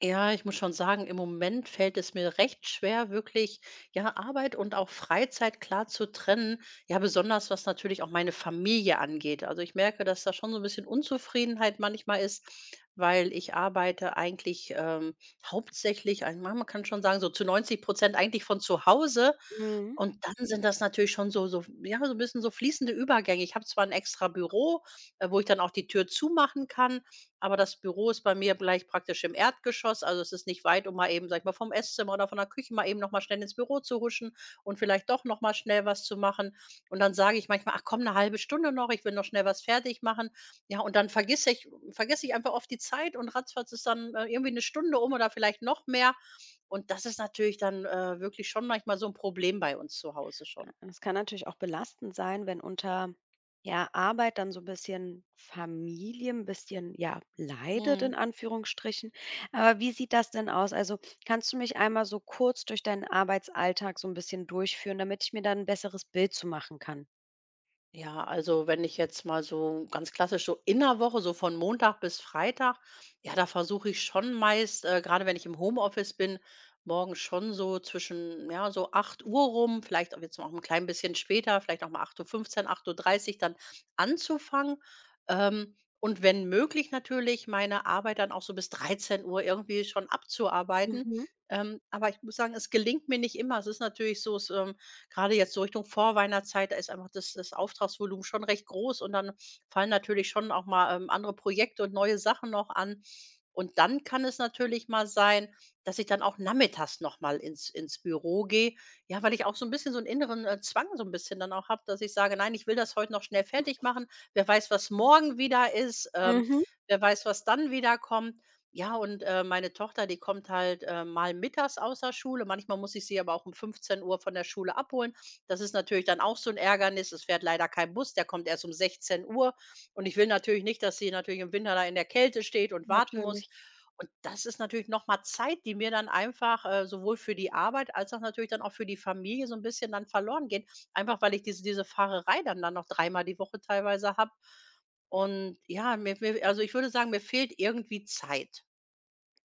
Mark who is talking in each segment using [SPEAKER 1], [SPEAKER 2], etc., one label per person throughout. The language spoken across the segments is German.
[SPEAKER 1] Ja, ich muss schon sagen, im Moment fällt es mir recht schwer, wirklich, ja, Arbeit und auch Freizeit klar zu trennen. Ja, besonders was natürlich auch meine Familie angeht. Also ich merke, dass da schon so ein bisschen Unzufriedenheit manchmal ist, weil ich arbeite eigentlich hauptsächlich, man kann schon sagen, so zu 90% eigentlich von zu Hause.
[SPEAKER 2] Mhm.
[SPEAKER 1] Und dann sind das natürlich schon so, ja, so ein bisschen so fließende Übergänge. Ich habe zwar ein extra Büro, wo ich dann auch die Tür zumachen kann, aber das Büro ist bei mir gleich praktisch im Erdgeschoss, also es ist nicht weit, um mal eben, sag ich mal, vom Esszimmer oder von der Küche mal eben noch mal schnell ins Büro zu huschen und vielleicht doch noch mal schnell was zu machen. Und dann sage ich manchmal: „Ach komm, eine halbe Stunde noch, ich will noch schnell was fertig machen." Ja, und dann vergesse ich einfach oft die Zeit und ratzfatz ist dann, irgendwie eine Stunde um oder vielleicht noch mehr. Und das ist natürlich dann, wirklich schon manchmal so ein Problem bei uns zu Hause schon.
[SPEAKER 2] Es kann natürlich auch belastend sein, wenn unter ja, Arbeit dann so ein bisschen Familie, ein bisschen ja, leidet in
[SPEAKER 1] Mhm.
[SPEAKER 2] Anführungsstrichen. Aber wie sieht das denn aus? Also kannst du mich einmal so kurz durch deinen Arbeitsalltag so ein bisschen durchführen, damit ich mir dann ein besseres Bild zu machen kann?
[SPEAKER 1] Ja, also wenn ich jetzt mal so ganz klassisch so in der Woche, so von Montag bis Freitag, ja, da versuche ich schon meist, gerade wenn ich im Homeoffice bin, morgens schon so zwischen, ja, so 8 Uhr rum, vielleicht auch jetzt noch ein klein bisschen später, vielleicht noch mal 8:15 Uhr, 8:30 Uhr dann anzufangen. Und wenn möglich natürlich meine Arbeit dann auch so bis 13 Uhr irgendwie schon abzuarbeiten.
[SPEAKER 2] Mhm.
[SPEAKER 1] Aber ich muss sagen, es gelingt mir nicht immer. Es ist natürlich so, es gerade jetzt so Richtung Vorweihnachtszeit, da ist einfach das Auftragsvolumen schon recht groß und dann fallen natürlich schon auch mal, andere Projekte und neue Sachen noch an. Und dann kann es natürlich mal sein, dass ich dann auch nachmittags noch mal ins Büro gehe, ja, weil ich auch so ein bisschen so einen inneren, Zwang so ein bisschen dann auch habe, dass ich sage: „Nein, ich will das heute noch schnell fertig machen. Wer weiß, was morgen wieder ist,
[SPEAKER 2] Mhm.
[SPEAKER 1] wer weiß, was dann wieder kommt." Ja, und, meine Tochter, die kommt halt, mal mittags aus der Schule. Manchmal muss ich sie aber auch um 15 Uhr von der Schule abholen. Das ist natürlich dann auch so ein Ärgernis. Es fährt leider kein Bus, der kommt erst um 16 Uhr und ich will natürlich nicht, dass sie natürlich im Winter da in der Kälte steht und warten muss.
[SPEAKER 2] Natürlich.
[SPEAKER 1] Und das ist natürlich noch mal Zeit, die mir dann einfach, sowohl für die Arbeit als auch natürlich dann auch für die Familie so ein bisschen dann verloren geht, einfach weil ich diese Fahrerei dann noch dreimal die Woche teilweise habe. Und ja, mir also, ich würde sagen, mir fehlt irgendwie Zeit.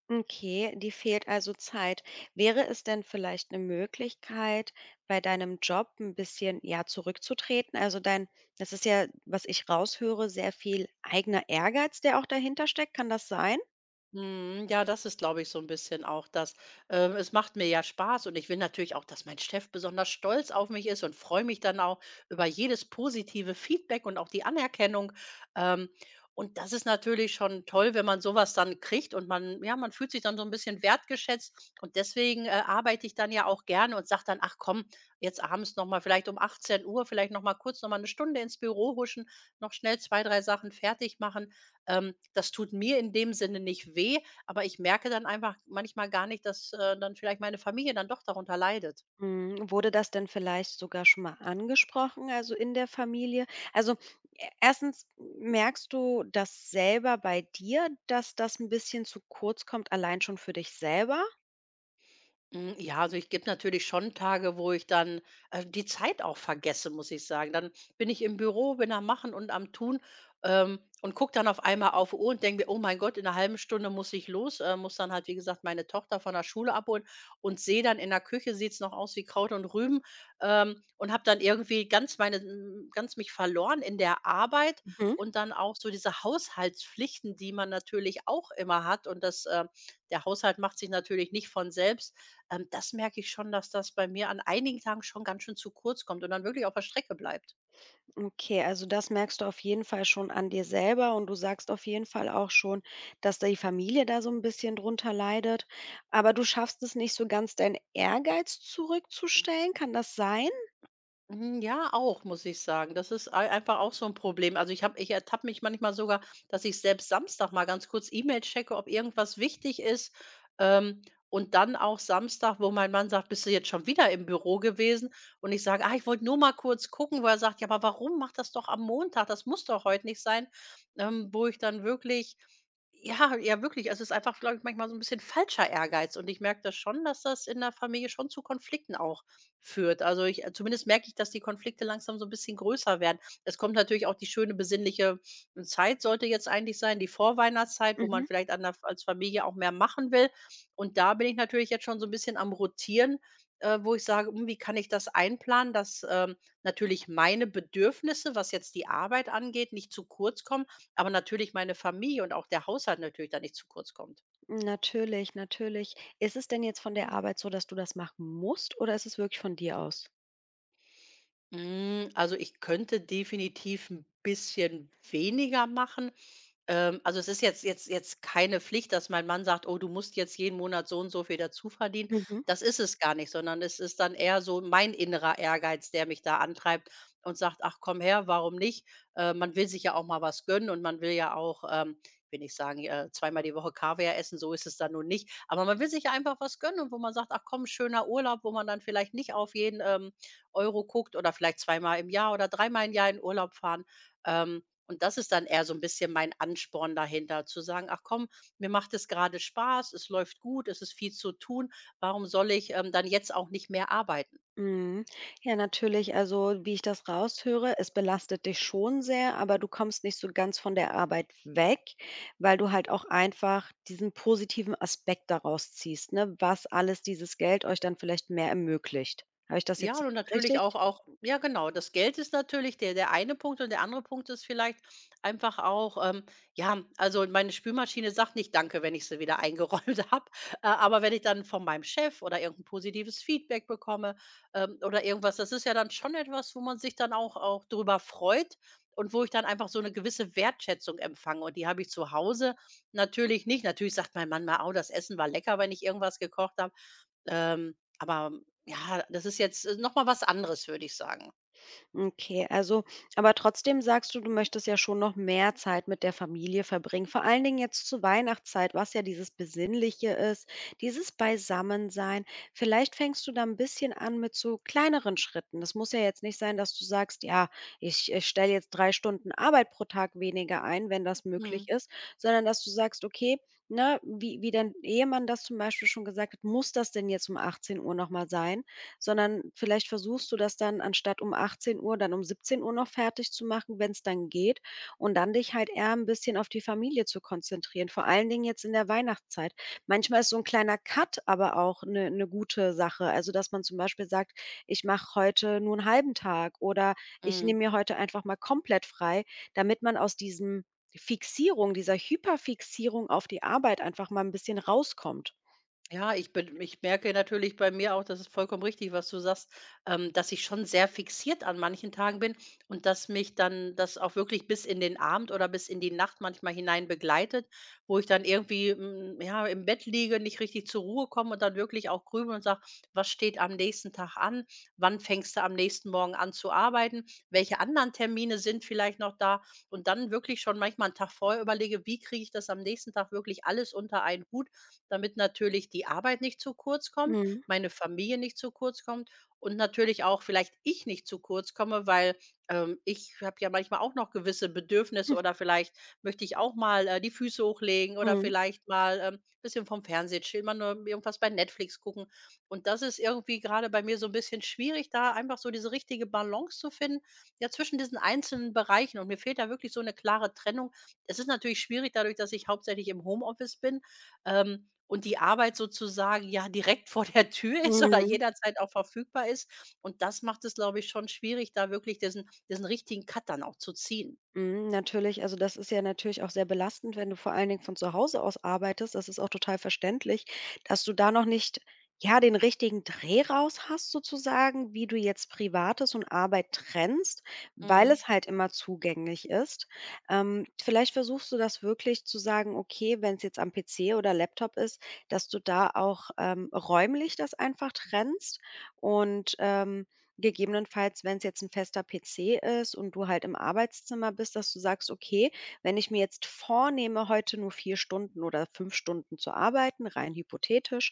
[SPEAKER 2] Okay, dir fehlt also Zeit. Wäre es denn vielleicht eine Möglichkeit, bei deinem Job ein bisschen, ja, zurückzutreten? Also, dein das ist ja, was ich raushöre, sehr viel eigener Ehrgeiz, der auch dahinter steckt. Kann das sein?
[SPEAKER 1] Mhm, ja, das ist, glaube ich, so ein bisschen auch das. Es macht mir ja Spaß und ich will natürlich auch, dass mein Chef besonders stolz auf mich ist und freue mich dann auch über jedes positive Feedback und auch die Anerkennung. Ähm, und das ist natürlich schon toll, wenn man sowas dann kriegt und man ja, man fühlt sich dann so ein bisschen wertgeschätzt und deswegen, arbeite ich dann ja auch gerne und sage dann: „Ach komm, jetzt abends noch mal vielleicht um 18 Uhr vielleicht noch mal kurz noch mal 'ne Stunde ins Büro huschen, noch schnell 2 3 Sachen fertig machen." Das tut mir in dem Sinne nicht weh, aber ich merke dann einfach manchmal gar nicht, dass, dann vielleicht meine Familie dann doch darunter leidet.
[SPEAKER 2] Mhm, wurde das denn vielleicht sogar schon mal angesprochen, also in der Familie? Also, e erstens, merkst du das selber bei dir, dass das ein bisschen zu kurz kommt, allein schon für dich selber?
[SPEAKER 1] Hm, ja, also ich gebe natürlich schon Tage, wo ich dann, die Zeit auch vergesse, muss ich sagen. Dann bin ich im Büro, bin am Machen und am Tun, und gucke dann auf einmal auf die Uhr und denke mir: „Oh mein Gott, in einer halben Stunde muss ich los", muss dann halt, wie gesagt, meine Tochter von der Schule abholen und sehe dann in der Küche sieht's noch aus wie Kraut und Rüben, und habe dann irgendwie ganz meine ganz mich verloren in der Arbeit und dann auch so diese Haushaltspflichten, die man natürlich auch immer hat und das, der Haushalt macht sich natürlich nicht von selbst. Das merke ich schon, dass das bei mir an einigen Tagen schon ganz schön zu kurz kommt und dann wirklich auf der Strecke bleibt.
[SPEAKER 2] Okay, also das merkst du auf jeden Fall schon an dir selber und du sagst auf jeden Fall auch schon, dass die Familie da so ein bisschen drunter leidet, aber du schaffst es nicht so ganz, deinen Ehrgeiz zurückzustellen. Kann das sein?
[SPEAKER 1] Hm, ja, auch, muss ich sagen. Das ist ei einfach auch so ein Problem. Also, ich ertappe mich manchmal sogar, dass ich selbst Samstag mal ganz kurz E-Mail checke, ob irgendwas wichtig ist. Ähm, und dann auch Samstag, wo mein Mann sagt: „Bist du jetzt schon wieder im Büro gewesen?" Und ich sage: „Ah, ich wollte nur mal kurz gucken." Wo er sagt: „Ja, aber warum? Macht das doch am Montag. Das muss doch heute nicht sein." Wo ich dann wirklich ja, ja wirklich also, es ist einfach, glaube ich, manchmal so ein bisschen falscher Ehrgeiz und ich merke das schon, dass das in der Familie schon zu Konflikten auch führt. Also, ich zumindest merke ich, dass die Konflikte langsam so ein bisschen größer werden. Es kommt natürlich auch die schöne besinnliche Zeit sollte jetzt eigentlich sein, die Vorweihnachtszeit, wo man
[SPEAKER 2] Mhm.
[SPEAKER 1] vielleicht an der als Familie auch mehr machen will. Und da bin ich natürlich jetzt schon so ein bisschen am Rotieren, wo ich sage: „Hm, wie kann ich das einplanen, dass, natürlich meine Bedürfnisse, was jetzt die Arbeit angeht, nicht zu kurz kommen, aber natürlich meine Familie und auch der Haushalt natürlich da nicht zu kurz kommt?"
[SPEAKER 2] Natürlich, natürlich. Ist es denn jetzt von der Arbeit so, dass du das machen musst oder ist es wirklich von dir aus?
[SPEAKER 1] Hm, also, ich könnte definitiv ein bisschen weniger machen. Also, es ist jetzt keine Pflicht, dass mein Mann sagt: „Oh, du musst jetzt jeden Monat so und so viel dazu verdienen."
[SPEAKER 2] Mhm.
[SPEAKER 1] Das ist es gar nicht, sondern es ist dann eher so mein innerer Ehrgeiz, der mich da antreibt und sagt: „Ach, komm her, warum nicht?" Man will sich ja auch mal was gönnen und man will ja auch, ich will nicht sagen, zweimal die Woche Kaviar essen, so ist es dann nun nicht. Aber man will sich ja einfach was gönnen und wo man sagt: „Ach komm, schöner Urlaub", wo man dann vielleicht nicht auf jeden, Euro guckt oder vielleicht zweimal im Jahr oder dreimal im Jahr in Urlaub fahren. Ähm, und das ist dann eher so ein bisschen mein Ansporn dahinter, zu sagen: „Ach komm, mir macht es gerade Spaß, es läuft gut, es ist viel zu tun. Warum soll ich, dann jetzt auch nicht mehr arbeiten?"
[SPEAKER 2] Mhm. Ja, natürlich. Also, wie ich das raushöre, es belastet dich schon sehr, aber du kommst nicht so ganz von der Arbeit weg, weil du halt auch einfach diesen positiven Aspekt daraus ziehst, ne, was alles dieses Geld euch dann vielleicht mehr ermöglicht. Habe ich das
[SPEAKER 1] Ja,
[SPEAKER 2] jetzt
[SPEAKER 1] und natürlich
[SPEAKER 2] richtig?
[SPEAKER 1] auch ja genau, das Geld ist natürlich der eine Punkt und der andere Punkt ist vielleicht einfach auch, ja, also meine Spülmaschine sagt nicht „Danke", wenn ich sie wieder eingeräumt habe, aber wenn ich dann von meinem Chef oder irgendein positives Feedback bekomme, oder irgendwas, das ist ja dann schon etwas, wo man sich dann auch drüber freut und wo ich dann einfach so eine gewisse Wertschätzung empfange und die habe ich zu Hause natürlich nicht. Natürlich sagt mein Mann mal: „Oh, das Essen war lecker", wenn ich irgendwas gekocht habe, aber ja, das ist jetzt, nochmal was anderes, würde ich sagen.
[SPEAKER 2] Okay, also aber trotzdem sagst du, du möchtest ja schon noch mehr Zeit mit der Familie verbringen. Vor allen Dingen jetzt zur Weihnachtszeit, was ja dieses Besinnliche ist, dieses Beisammensein. Vielleicht fängst du da ein bisschen an mit so kleineren Schritten. Das muss ja jetzt nicht sein, dass du sagst: „Ja, ich stelle jetzt 3 Stunden Arbeit pro Tag weniger ein“, wenn das möglich
[SPEAKER 1] Mhm.
[SPEAKER 2] ist, sondern dass du sagst: „Okay“, ne, wie dein Ehemann das zum Beispiel schon gesagt hat: „Muss das denn jetzt um 18:00 noch mal sein?“ Sondern vielleicht versuchst du das dann anstatt um 18 Uhr dann um 17 Uhr noch fertig zu machen, wenn es dann geht und dann dich halt eher ein bisschen auf die Familie zu konzentrieren, vor allen Dingen jetzt in der Weihnachtszeit. Manchmal ist so ein kleiner Cut aber auch eine 'ne gute Sache, also, dass man zum Beispiel sagt: „Ich mache heute nur einen halben Tag“ oder „Ich
[SPEAKER 1] Mhm.
[SPEAKER 2] nehme mir heute einfach mal komplett frei“, damit man aus diesem Fixierung dieser Hyperfixierung auf die Arbeit einfach mal ein bisschen rauskommt.
[SPEAKER 1] Ja, ich merke natürlich bei mir auch, das ist vollkommen richtig, was du sagst, dass ich schon sehr fixiert an manchen Tagen bin und dass mich dann das auch wirklich bis in den Abend oder bis in die Nacht manchmal hinein begleitet, wo ich dann irgendwie, ja, im Bett liege, nicht richtig zur Ruhe komme und dann wirklich auch grübel und sage: „Was steht am nächsten Tag an? Wann fängst du am nächsten Morgen an zu arbeiten? Welche anderen Termine sind vielleicht noch da?" Und dann wirklich schon manchmal einen Tag vorher überlege: „Wie kriege ich das am nächsten Tag wirklich alles unter einen Hut?" Damit natürlich die Arbeit nicht zu kurz kommt,
[SPEAKER 2] Mhm.
[SPEAKER 1] meine Familie nicht zu kurz kommt und natürlich auch vielleicht ich nicht zu kurz komme, weil, ich habe ja manchmal auch noch gewisse Bedürfnisse oder vielleicht möchte ich auch mal, die Füße hochlegen oder
[SPEAKER 2] Mhm.
[SPEAKER 1] vielleicht mal, ein bisschen vom Fernseher chillen, mal nur irgendwas bei Netflix gucken. Und das ist irgendwie gerade bei mir so ein bisschen schwierig, da einfach so diese richtige Balance zu finden, ja, zwischen diesen einzelnen Bereichen. Und mir fehlt da wirklich so eine klare Trennung. Es ist natürlich schwierig dadurch, dass ich hauptsächlich im Homeoffice bin, ähm, und die Arbeit sozusagen, ja, direkt vor der Tür ist oder
[SPEAKER 2] Mhm.
[SPEAKER 1] jederzeit auch verfügbar ist. Und das macht es, glaube ich, schon schwierig, da wirklich diesen richtigen Cut dann auch zu ziehen.
[SPEAKER 2] Mhm, natürlich, also das ist ja natürlich auch sehr belastend, wenn du vor allen Dingen von zu Hause aus arbeitest. Das ist auch total verständlich, dass du da noch nicht, ja, den richtigen Dreh raus hast sozusagen, wie du jetzt Privates und Arbeit trennst, weil
[SPEAKER 1] Mhm.
[SPEAKER 2] es halt immer zugänglich ist. Vielleicht versuchst du das wirklich zu sagen, okay, wenn es jetzt am PC oder Laptop ist, dass du da auch räumlich das einfach trennst und gegebenenfalls, wenn es jetzt ein fester PC ist und du halt im Arbeitszimmer bist, dass du sagst: „Okay, wenn ich mir jetzt vornehme, heute nur 4 Stunden oder 5 Stunden zu arbeiten“, rein hypothetisch,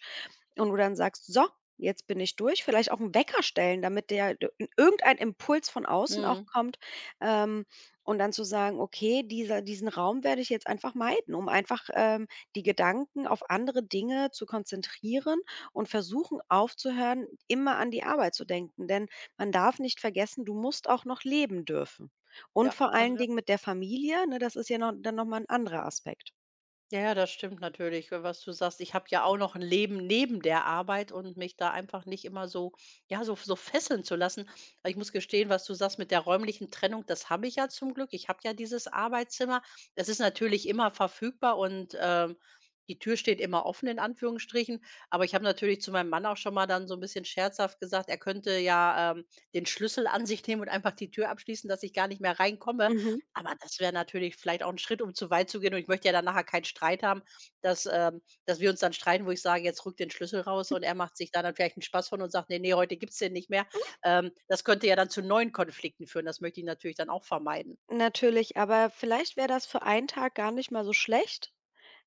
[SPEAKER 2] und du dann sagst: „So, jetzt bin ich durch.“ Vielleicht auch 'n Wecker stellen, damit der d irgendein Impuls von außen auch
[SPEAKER 1] Mhm.
[SPEAKER 2] kommt, ähm, und dann zu sagen: „Okay, dieser diesen Raum werde ich jetzt einfach meiden“, um einfach, die Gedanken auf andere Dinge zu konzentrieren und versuchen aufzuhören, immer an die Arbeit zu denken. Denn man darf nicht vergessen, du musst auch noch leben dürfen. Und
[SPEAKER 1] Ja,
[SPEAKER 2] vor
[SPEAKER 1] das
[SPEAKER 2] allen
[SPEAKER 1] ja.
[SPEAKER 2] Dingen mit der Familie, ne, das ist ja noch dann noch mal 'n anderer Aspekt.
[SPEAKER 1] Ja, ja, das stimmt natürlich, was du sagst. Ich habe ja auch noch ein Leben neben der Arbeit und mich da einfach nicht immer so ja, so fesseln zu lassen. Aber ich muss gestehen, was du sagst mit der räumlichen Trennung, das habe ich ja zum Glück. Ich habe ja dieses Arbeitszimmer. Es ist natürlich immer verfügbar und, die Tür steht immer offen in Anführungsstrichen. Aber ich habe natürlich zu meinem Mann auch schon mal dann so ein bisschen scherzhaft gesagt, er könnte ja, den Schlüssel an sich nehmen und einfach die Tür abschließen, dass ich gar nicht mehr reinkomme.
[SPEAKER 2] Mhm.
[SPEAKER 1] Aber das wäre natürlich vielleicht auch 'n Schritt, um zu weit zu gehen und ich möchte ja dann nachher keinen Streit haben, dass dass wir uns dann streiten, wo ich sage: „Jetzt rück den Schlüssel raus" und er macht sich da dann vielleicht 'n Spaß von und sagt: „Ne, ne, heute gibt's den nicht mehr." Das könnte ja dann zu neuen Konflikten führen. Das möchte ich natürlich dann auch vermeiden.
[SPEAKER 2] Natürlich, aber vielleicht wäre das für einen Tag gar nicht mal so schlecht,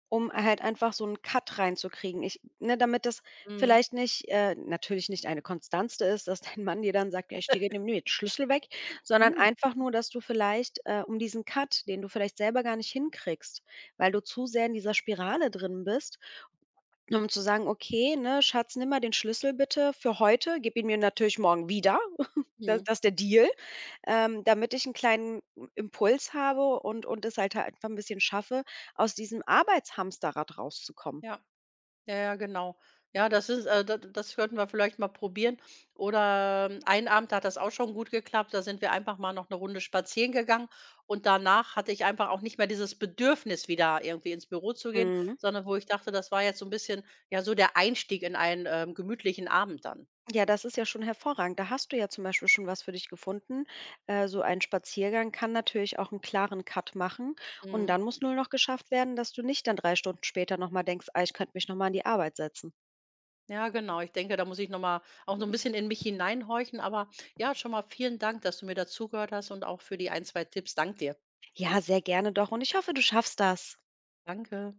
[SPEAKER 2] um halt einfach so einen Cut reinzukriegen. Ich ne, damit das
[SPEAKER 1] Mhm.
[SPEAKER 2] vielleicht nicht natürlich nicht eine Konstante ist, dass dein Mann dir dann sagt: „Ja, ich gebe dir jetzt Schlüssel weg“, sondern
[SPEAKER 1] Mhm.
[SPEAKER 2] einfach nur, dass du vielleicht, um diesen Cut, den du vielleicht selber gar nicht hinkriegst, weil du zu sehr in dieser Spirale drin bist, um zu sagen: „Okay, ne, Schatz, nimm mal den Schlüssel bitte für heute, gib ihn mir natürlich morgen wieder.“ Da
[SPEAKER 1] Mhm.
[SPEAKER 2] das ist der Deal damit ich einen kleinen Impuls habe und es halt einfach ein bisschen schaffe, aus diesem Arbeitshamsterrad rauszukommen.
[SPEAKER 1] Ja. Ja, ja, genau. Ja, das ist da das könnten wir vielleicht mal probieren. Oder, einen Abend hat das auch schon gut geklappt. Da sind wir einfach mal noch eine Runde spazieren gegangen und danach hatte ich einfach auch nicht mehr dieses Bedürfnis, wieder irgendwie ins Büro zu gehen,
[SPEAKER 2] Mhm.
[SPEAKER 1] sondern wo ich dachte, das war jetzt so ein bisschen, ja, so der Einstieg in einen, gemütlichen Abend dann.
[SPEAKER 2] Ja, das ist ja schon hervorragend. Da hast du ja zum Beispiel schon was für dich gefunden. So ein Spaziergang kann natürlich auch einen klaren Cut machen und
[SPEAKER 1] Mhm.
[SPEAKER 2] dann muss nur noch geschafft werden, dass du nicht dann 3 Stunden später noch mal denkst: „Ah, ich könnte mich noch mal an die Arbeit setzen.“
[SPEAKER 1] Ja, genau. Ich denke, da muss ich noch mal auch so ein bisschen in mich hineinhorchen. Aber ja, schon mal vielen Dank, dass du mir dazugehört hast und auch für die ein, 2 Tipps. Danke dir.
[SPEAKER 2] Ja, sehr gerne doch und ich hoffe, du schaffst das.
[SPEAKER 1] Danke.